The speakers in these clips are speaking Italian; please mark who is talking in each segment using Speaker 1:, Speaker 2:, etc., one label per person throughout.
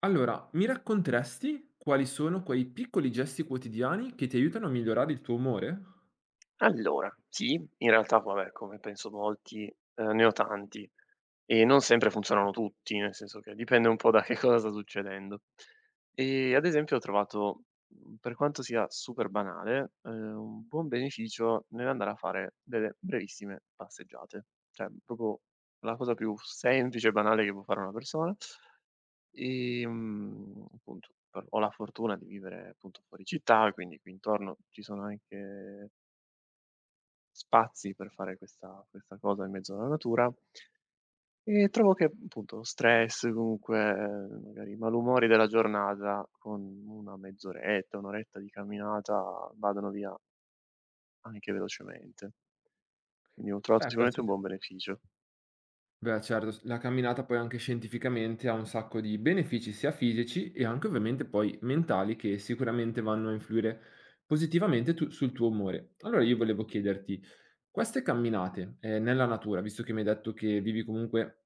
Speaker 1: Allora, mi racconteresti quali sono quei piccoli gesti quotidiani che ti aiutano a migliorare il tuo umore?
Speaker 2: Allora, sì, in realtà vabbè, come penso molti, ne ho tanti e non sempre funzionano tutti, nel senso che dipende un po' da che cosa sta succedendo. Ad esempio ho trovato, per quanto sia super banale, un buon beneficio nell'andare a fare delle brevissime passeggiate. Cioè, proprio la cosa più semplice e banale che può fare una persona. Appunto, per ho la fortuna di vivere appunto fuori città, quindi qui intorno ci sono anche spazi per fare questa cosa in mezzo alla natura, e trovo che, appunto, lo stress, comunque, magari i malumori della giornata con una mezz'oretta, 1 oretta di camminata vadano via anche velocemente. Quindi ho trovato
Speaker 1: Beh,
Speaker 2: sicuramente
Speaker 1: questo
Speaker 2: un buon beneficio.
Speaker 1: beh, certo, la camminata poi anche scientificamente ha un sacco di benefici sia fisici e anche ovviamente poi mentali che sicuramente vanno a influire positivamente sul tuo umore. Allora io volevo chiederti, queste camminate nella natura, visto che mi hai detto che vivi comunque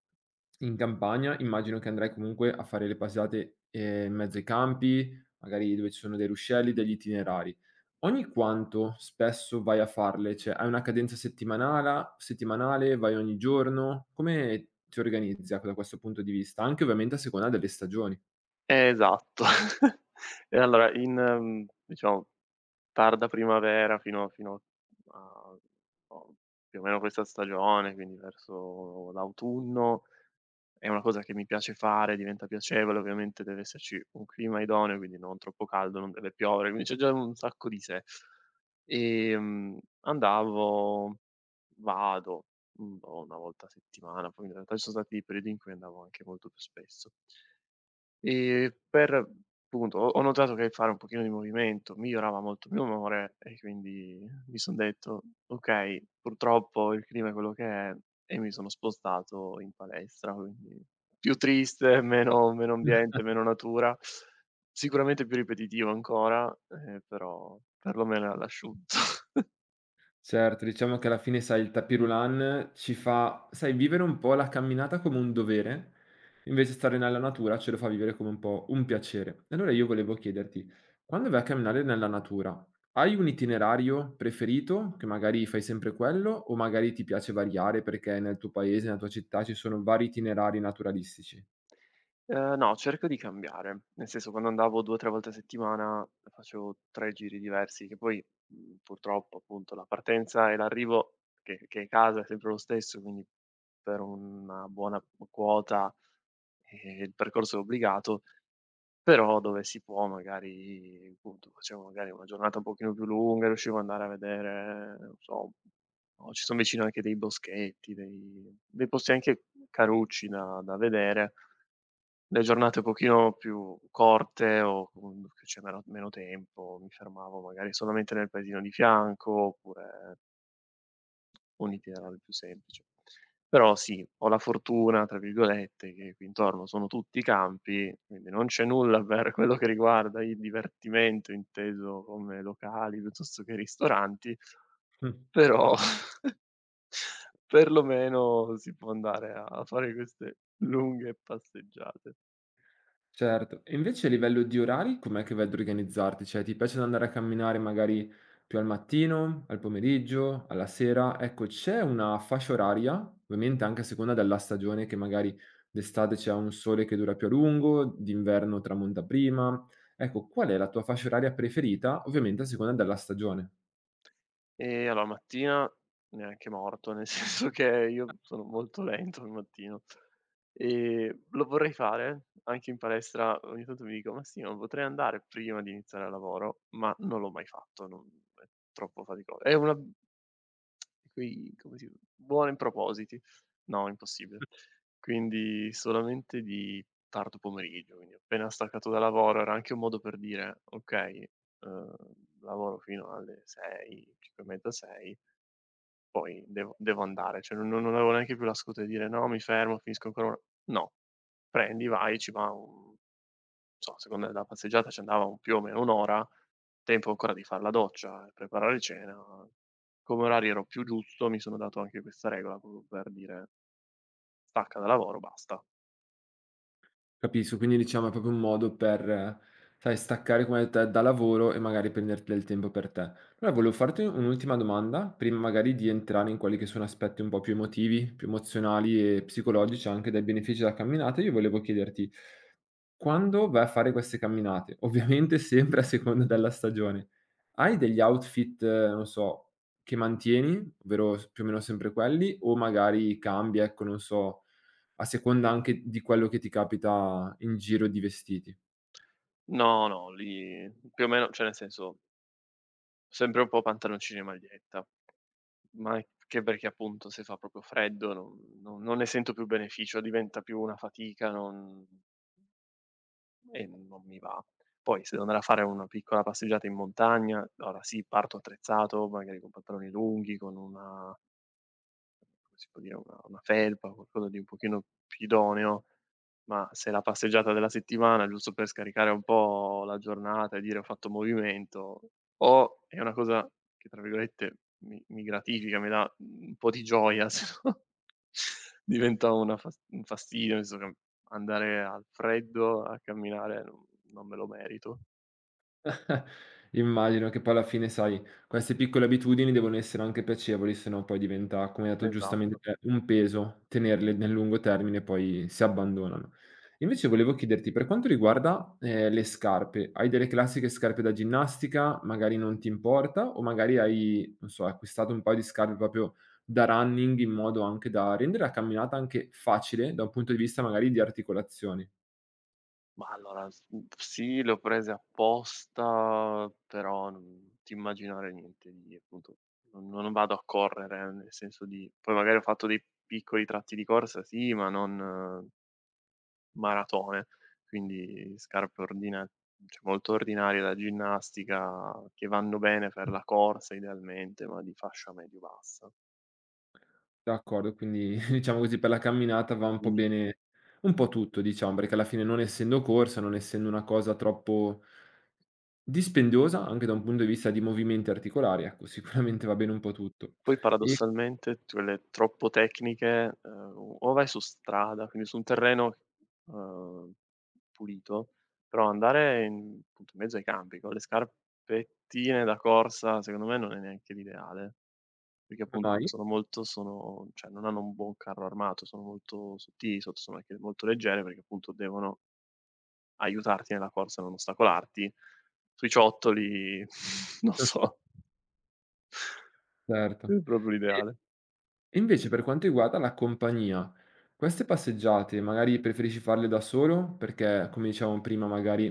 Speaker 1: in campagna, immagino che andrai comunque a fare le passeggiate in mezzo ai campi, magari dove ci sono dei ruscelli, degli itinerari. Ogni quanto spesso vai a farle? Cioè, hai una cadenza settimanala settimanale? Vai ogni giorno? Come ti organizza da questo punto di vista? Anche ovviamente a seconda delle stagioni.
Speaker 2: Esatto. E allora diciamo tarda primavera fino a, o più o meno questa stagione, quindi verso l'autunno. È una cosa che mi piace fare, diventa piacevole, ovviamente deve esserci un clima idoneo, quindi non troppo caldo, non deve piovere, quindi c'è già un sacco di sé. Andavo vado, boh, 1 volta a settimana, poi in realtà ci sono stati dei periodi in cui andavo anche molto più spesso. Per appunto ho notato che fare un pochino di movimento migliorava molto il mio umore e quindi mi son detto: "Okay, purtroppo il clima è quello che è", e mi sono spostato in palestra, quindi più triste, meno ambiente, meno natura, sicuramente più ripetitivo ancora, però perlomeno è all'asciutto.
Speaker 1: Certo, diciamo che alla fine, sai, il tapis roulant ci fa, sai, vivere un po' la camminata come un dovere, invece stare nella natura ce lo fa vivere come un po' un piacere. E allora io volevo chiederti, quando vai a camminare nella natura, hai un itinerario preferito, che magari fai sempre quello, o magari ti piace variare perché nel tuo paese, nella tua città ci sono vari itinerari naturalistici?
Speaker 2: No, cerco di cambiare. Nel senso, quando andavo 2 o 3 volte a settimana, facevo 3 giri diversi, che poi, purtroppo, appunto, la partenza e l'arrivo che è casa è sempre lo stesso, quindi per una buona quota, il percorso è obbligato, però dove si può magari, appunto, facevo magari una giornata un pochino più lunga, riuscivo ad andare a vedere, non so, no, ci son vicino anche dei boschetti, dei posti anche carucci da da vedere, le giornate un pochino più corte o comun che c'è meno tempo, mi fermavo magari solamente nel paesino di fianco, oppure un itinerario più semplice. Però sì, ho la "fortuna" tra virgolette che qui intorno sono tutti campi, quindi non c'è nulla per quello che riguarda il divertimento inteso come locali piuttosto che ristoranti, però perlomeno si può andare a fare queste lunghe passeggiate.
Speaker 1: Certo. E invece a livello di orari com'è che vai ad organizzarti? Cioè ti piace andare a camminare magari più al mattino, al pomeriggio, alla sera? Ecco, c'è una fascia oraria, ovviamente anche a seconda della stagione che magari d'estate c'è un sole che dura più a lungo, d'inverno tramonta prima. Ecco, qual è la tua fascia oraria preferita, ovviamente a seconda della stagione?
Speaker 2: Allora mattina neanche morto, nel senso che io sono molto lento al mattino. Lo vorrei fare, anche in palestra ogni tanto mi dico: "Ma sì, ma potrei andare prima di iniziare il lavoro", ma non l'ho mai fatto, non è troppo fatico è una e qui come si buoni propositi. No, impossibile. Quindi solamente di tardo pomeriggio, quindi appena staccato da lavoro era anche un modo per dire: "Okay, uhm, lavoro fino alle 6, 5 e mezza, 6, poi devo andare." Cioè non avevo neanche più la scusa di dire: "No, mi fermo, finisco ancora una", no, prendi, vai, ci va un. Insomma, secondo me la passeggiata ci andava un più o meno 1 ora, tempo ancora di far la doccia e preparare cena. Come orario ero più giusto, mi sono dato anche questa regola proprio per dire: "Stacca da lavoro, basta".
Speaker 1: Capisco, quindi diciamo è proprio un modo per, sai, staccare come hai detto te da lavoro e magari prenderti del tempo per te. Allora volevo farti un'ultima domanda, prima magari di entrare in quelli che sono aspetti un po' più emotivi, più emozionali e psicologici anche dai benefici della camminata, io volevo chiederti, quando vai a fare queste camminate, ovviamente sempre a seconda della stagione, hai degli outfit, non so, che mantieni, ovvero più o meno sempre quelli, o magari cambi, ecco, non so a seconda anche di quello che ti capita in giro di vestiti.
Speaker 2: No, no, lì più o meno cioè nel senso, sempre un po' pantaloncini e maglietta, ma anche perché appunto se fa proprio freddo non ne sento più beneficio, diventa più una fatica, non e non mi va. Poi se devo andare a fare una piccola passeggiata in montagna, allora sì, parto attrezzato, magari con pantaloni lunghi, con una come si può dire, una felpa, qualcosa di un pochino più idoneo, ma se la passeggiata della settimana, giusto per scaricare un po' la giornata e dire: "Ho fatto movimento", o è una cosa che tra virgolette mi gratifica, mi dà un po' di gioia, se no diventa una fas un fastidio, nel senso che andare al freddo a camminare non me lo merito.
Speaker 1: Immagino che poi alla fine, sai, queste piccole abitudini devono essere anche piacevoli, se no poi diventa, come hai detto giustamente
Speaker 2: Esatto.
Speaker 1: te, un peso tenerle nel lungo termine, poi si abbandonano. Invece volevo chiederti, per quanto riguarda, le scarpe, hai delle classiche scarpe da ginnastica, magari non ti importa, o magari hai, non so, acquistato un paio di scarpe proprio da running in modo anche da rendere la camminata anche facile da un punto di vista magari di articolazioni?
Speaker 2: Ma allora sì, le ho prese apposta, però non ti immaginare niente di appunto non non vado a correre, nel senso di poi magari ho fatto dei piccoli tratti di corsa, sì, ma non eh, maratone, quindi scarpe ordina cioè molto ordinarie da ginnastica che vanno bene per la corsa idealmente, ma di fascia medio-bassa.
Speaker 1: D'accordo, quindi diciamo così per la camminata va un po' bene un po' tutto diciamo, perché alla fine non essendo corsa, non essendo una cosa troppo dispendiosa, anche da un punto di vista di movimenti articolari, ecco sicuramente va bene un po' tutto.
Speaker 2: Poi
Speaker 1: E
Speaker 2: paradossalmente quelle troppo tecniche, o vai su strada, quindi su un terreno, uhm, pulito, però andare in appunto in mezzo ai campi con le scarpettine da corsa, secondo me non è neanche l'ideale, perché
Speaker 1: come
Speaker 2: appunto
Speaker 1: mai?
Speaker 2: sono molto sono cioè non hanno un buon carro armato, sono molto sottili, sotto sono anche molto leggere, perché appunto devono aiutarti nella corsa, non ostacolarti. Sui ciottoli non so,
Speaker 1: Certo.
Speaker 2: non è proprio
Speaker 1: E
Speaker 2: l'ideale.
Speaker 1: e invece per quanto riguarda la compagnia, queste passeggiate magari preferisci farle da solo? Perché come dicevamo prima magari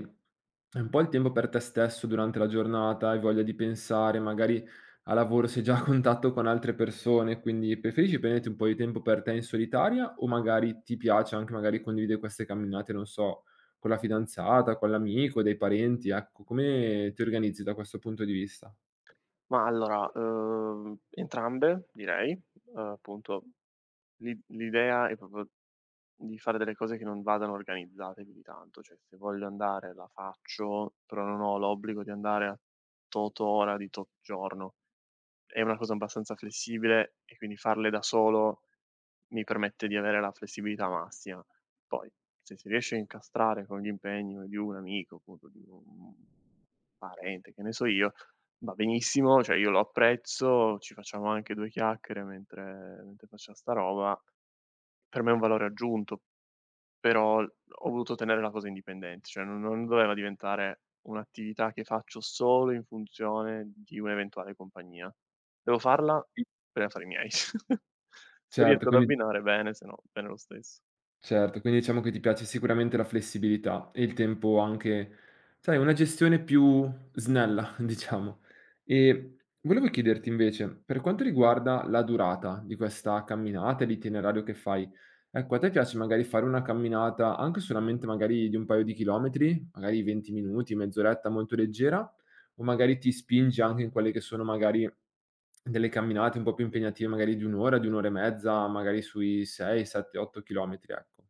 Speaker 1: è un po' il tempo per te stesso durante la giornata, hai voglia di pensare, magari a lavoro sei già a contatto con altre persone, quindi preferisci prenderti un po' di tempo per te in solitaria o magari ti piace anche magari condividere queste camminate, non so, con la fidanzata, con l'amico, dei parenti, ecco, come ti organizzi da questo punto di vista?
Speaker 2: Ma allora, entrambe direi, appunto l'idea è proprio di fare delle cose che non vadano organizzate più di tanto, cioè se voglio andare la faccio, però non ho l'obbligo di andare a tot ora di tot giorno. È una cosa abbastanza flessibile e quindi farle da solo mi permette di avere la flessibilità massima. Poi se si riesce a incastrare con gli impegni di un amico, appunto di un parente, che ne so io, va benissimo, cioè io lo apprezzo, ci facciamo anche 2 chiacchiere mentre faccia sta roba. Per me è un valore aggiunto, però l ho voluto tenere la cosa indipendente, cioè non doveva diventare un'attività che faccio solo in funzione di un'eventuale compagnia. Devo farla per gli affari miei. Se
Speaker 1: Certo,
Speaker 2: riesco ad
Speaker 1: quindi
Speaker 2: abbinare bene, se no bene lo stesso.
Speaker 1: Certo, quindi diciamo che ti piace sicuramente la flessibilità e il tempo anche sai, una gestione più snella, diciamo. E volevo chiederti invece, per quanto riguarda la durata di questa camminata e l'itinerario che fai, ecco, a te piace magari fare una camminata anche solamente magari di un paio di chilometri, magari 20 minuti, mezz'oretta molto leggera, o magari ti spingi anche in quelle che sono magari delle camminate un po' più impegnative, magari di un'ora e mezza, magari sui 6, 7, 8 chilometri, ecco.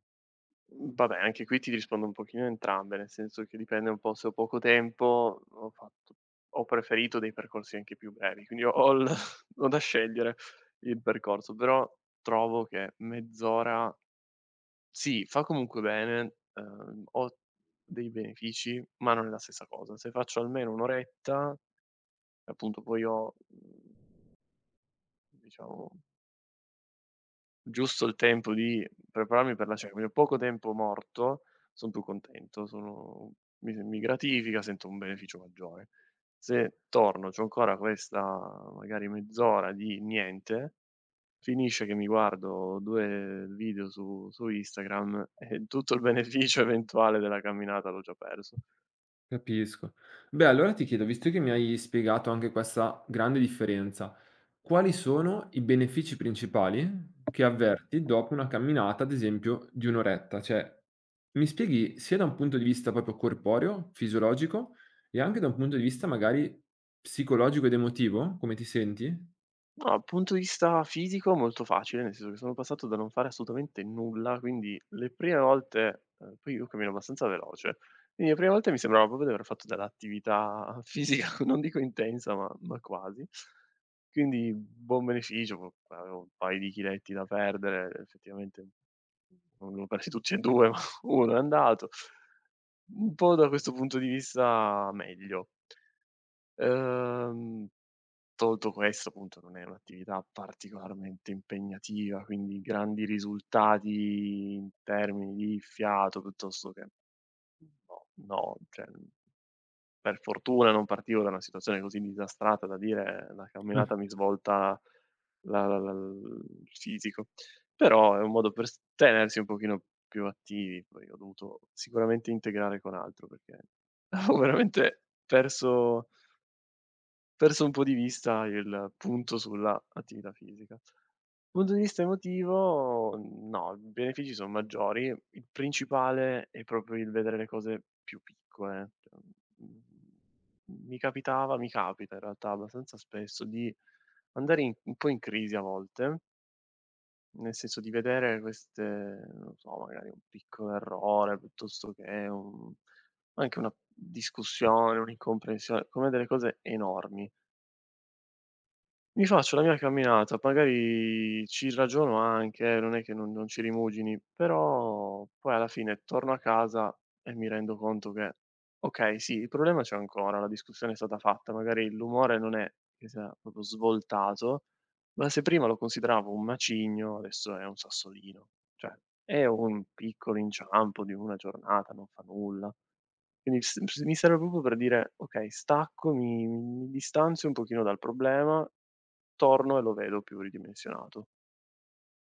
Speaker 2: Vabbè, anche qui ti rispondo un pochino entrambe, nel senso che dipende un po' se ho poco tempo, ho preferito dei percorsi anche più brevi, quindi ho ho l ho da scegliere il percorso, però trovo che mezz'ora sì, fa comunque bene, ho dei benefici, ma non è la stessa cosa. Se faccio almeno 1 oretta, appunto poi ho, diciamo giusto il tempo di prepararmi per la cena, quindi ho poco tempo morto, son più contento, sono mi gratifica, sento un beneficio maggiore. Se torno, c'ho ancora questa magari mezz'ora di niente, finisce che mi guardo 2 video su Instagram e tutto il beneficio eventuale della camminata l'ho già perso.
Speaker 1: Capisco. Beh, allora ti chiedo, visto che mi hai spiegato anche questa grande differenza, quali sono i benefici principali che avverti dopo una camminata, ad esempio, di un'oretta? Cioè, mi spieghi sia da un punto di vista proprio corporeo, fisiologico, e anche da un punto di vista magari psicologico ed emotivo, come ti senti?
Speaker 2: No, dal punto di vista fisico molto facile, nel senso che sono passato da non fare assolutamente nulla, quindi le prime volte poi io cammino abbastanza veloce, quindi le prime volte mi sembrava proprio di aver fatto dell'attività fisica, non dico intensa, ma quasi. Quindi buon beneficio, boh, avevo un paio di chiletti da perdere, effettivamente non li ho persi tutti e 2, ma 1 è andato. Un po' da questo punto di vista meglio. Ehm Tolto questo, appunto, non è un'attività particolarmente impegnativa, quindi grandi risultati in termini di fiato piuttosto che no, no, cioè, per fortuna non partivo da una situazione così disastrata da dire: "La camminata mi svolta la la la il fisico". Però è un modo per s tenersi un pochino più attivi, poi ho dovuto sicuramente integrare con altro perché avevo veramente perso un po' di vista il punto sulla attività fisica. Punto di vista emotivo, no, i benefici son maggiori. Il principale è proprio il vedere le cose più piccole. Cioè, mhmm, mi capita in realtà abbastanza spesso di andare in un po' in crisi a volte, nel senso di vedere queste non so, magari un piccolo errore, piuttosto che un anche una discussione, un'incomprensione, come delle cose enormi. Mi faccio la mia camminata, magari ci ragiono anche, non è che non ci rimugini, però poi alla fine torno a casa e mi rendo conto che, okay, sì, il problema c'è ancora, la discussione è stata fatta, magari l'umore non è che sia proprio svoltato, ma se prima lo consideravo un macigno, adesso è un sassolino. Cioè, è un piccolo inciampo di una giornata, non fa nulla. Quindi mi serve proprio per dire: "Okay, stacco, mi distanzio un pochino dal problema, torno e lo vedo più ridimensionato".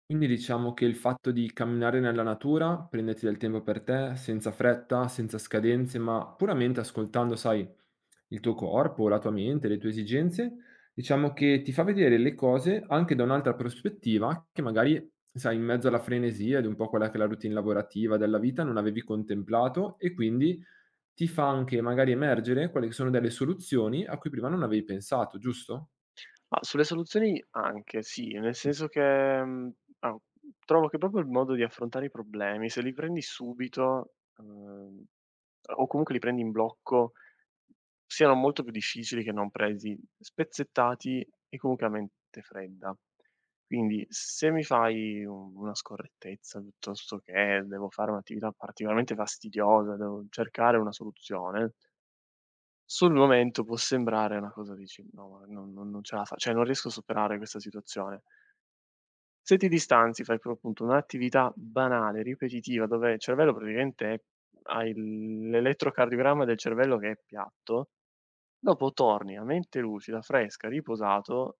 Speaker 1: Quindi diciamo che il fatto di camminare nella natura, prenderti del tempo per te, senza fretta, senza scadenze, ma puramente ascoltando, sai, il tuo corpo, la tua mente, le tue esigenze, diciamo che ti fa vedere le cose anche da un'altra prospettiva che magari, sai, in mezzo alla frenesia di un po' quella che è la routine lavorativa della vita non avevi contemplato e quindi ti fa anche magari emergere quelle che sono delle soluzioni a cui prima non avevi pensato, giusto?
Speaker 2: Ma sulle soluzioni anche, sì, nel senso che, mhmm, a trovo che proprio il modo di affrontare i problemi, se li prendi subito, o comunque li prendi in blocco, siano molto più difficili che non presi spezzettati e comunque a mente fredda. Quindi se mi fai un una scorrettezza, piuttosto che devo fare un'attività particolarmente fastidiosa, devo cercare una soluzione. Sul momento può sembrare una cosa dici: "No, ma non ce la fa cioè non riesco a superare questa situazione". Se ti distanzi, fai però appunto un'attività banale, ripetitiva, dove il cervello praticamente è, hai l'elettrocardiogramma del cervello che è piatto. Dopo torni a mente lucida, fresca, riposato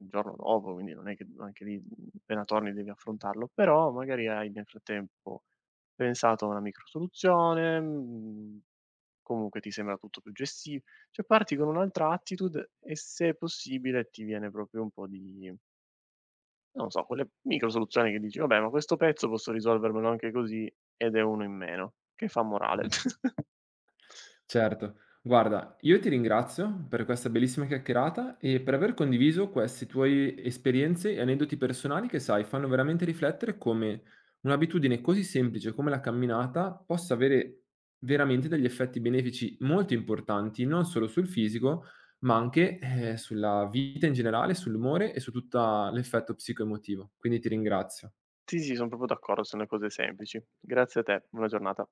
Speaker 2: il giorno dopo, quindi non è che anche lì, appena torni devi affrontarlo, però magari hai nel frattempo pensato a una micro soluzione, comunque ti sembra tutto più gesti cioè parti con un'altra attitude e se possibile ti viene proprio un po' di non so, quelle micro soluzioni che dici: "Vabbè, ma questo pezzo posso risolvermelo anche così", ed è uno in meno, che fa morale.
Speaker 1: Certo. Guarda, io ti ringrazio per questa bellissima chiacchierata e per aver condiviso queste tue esperienze e aneddoti personali che, sai, fanno veramente riflettere come un'abitudine così semplice come la camminata possa avere veramente degli effetti benefici molto importanti, non solo sul fisico, ma anche, sulla vita in generale, sull'umore e su tutta l'effetto psicoemotivo. Quindi ti ringrazio.
Speaker 2: Sì, sì, son proprio d'accordo, sono cose semplici. Grazie a te, buona giornata.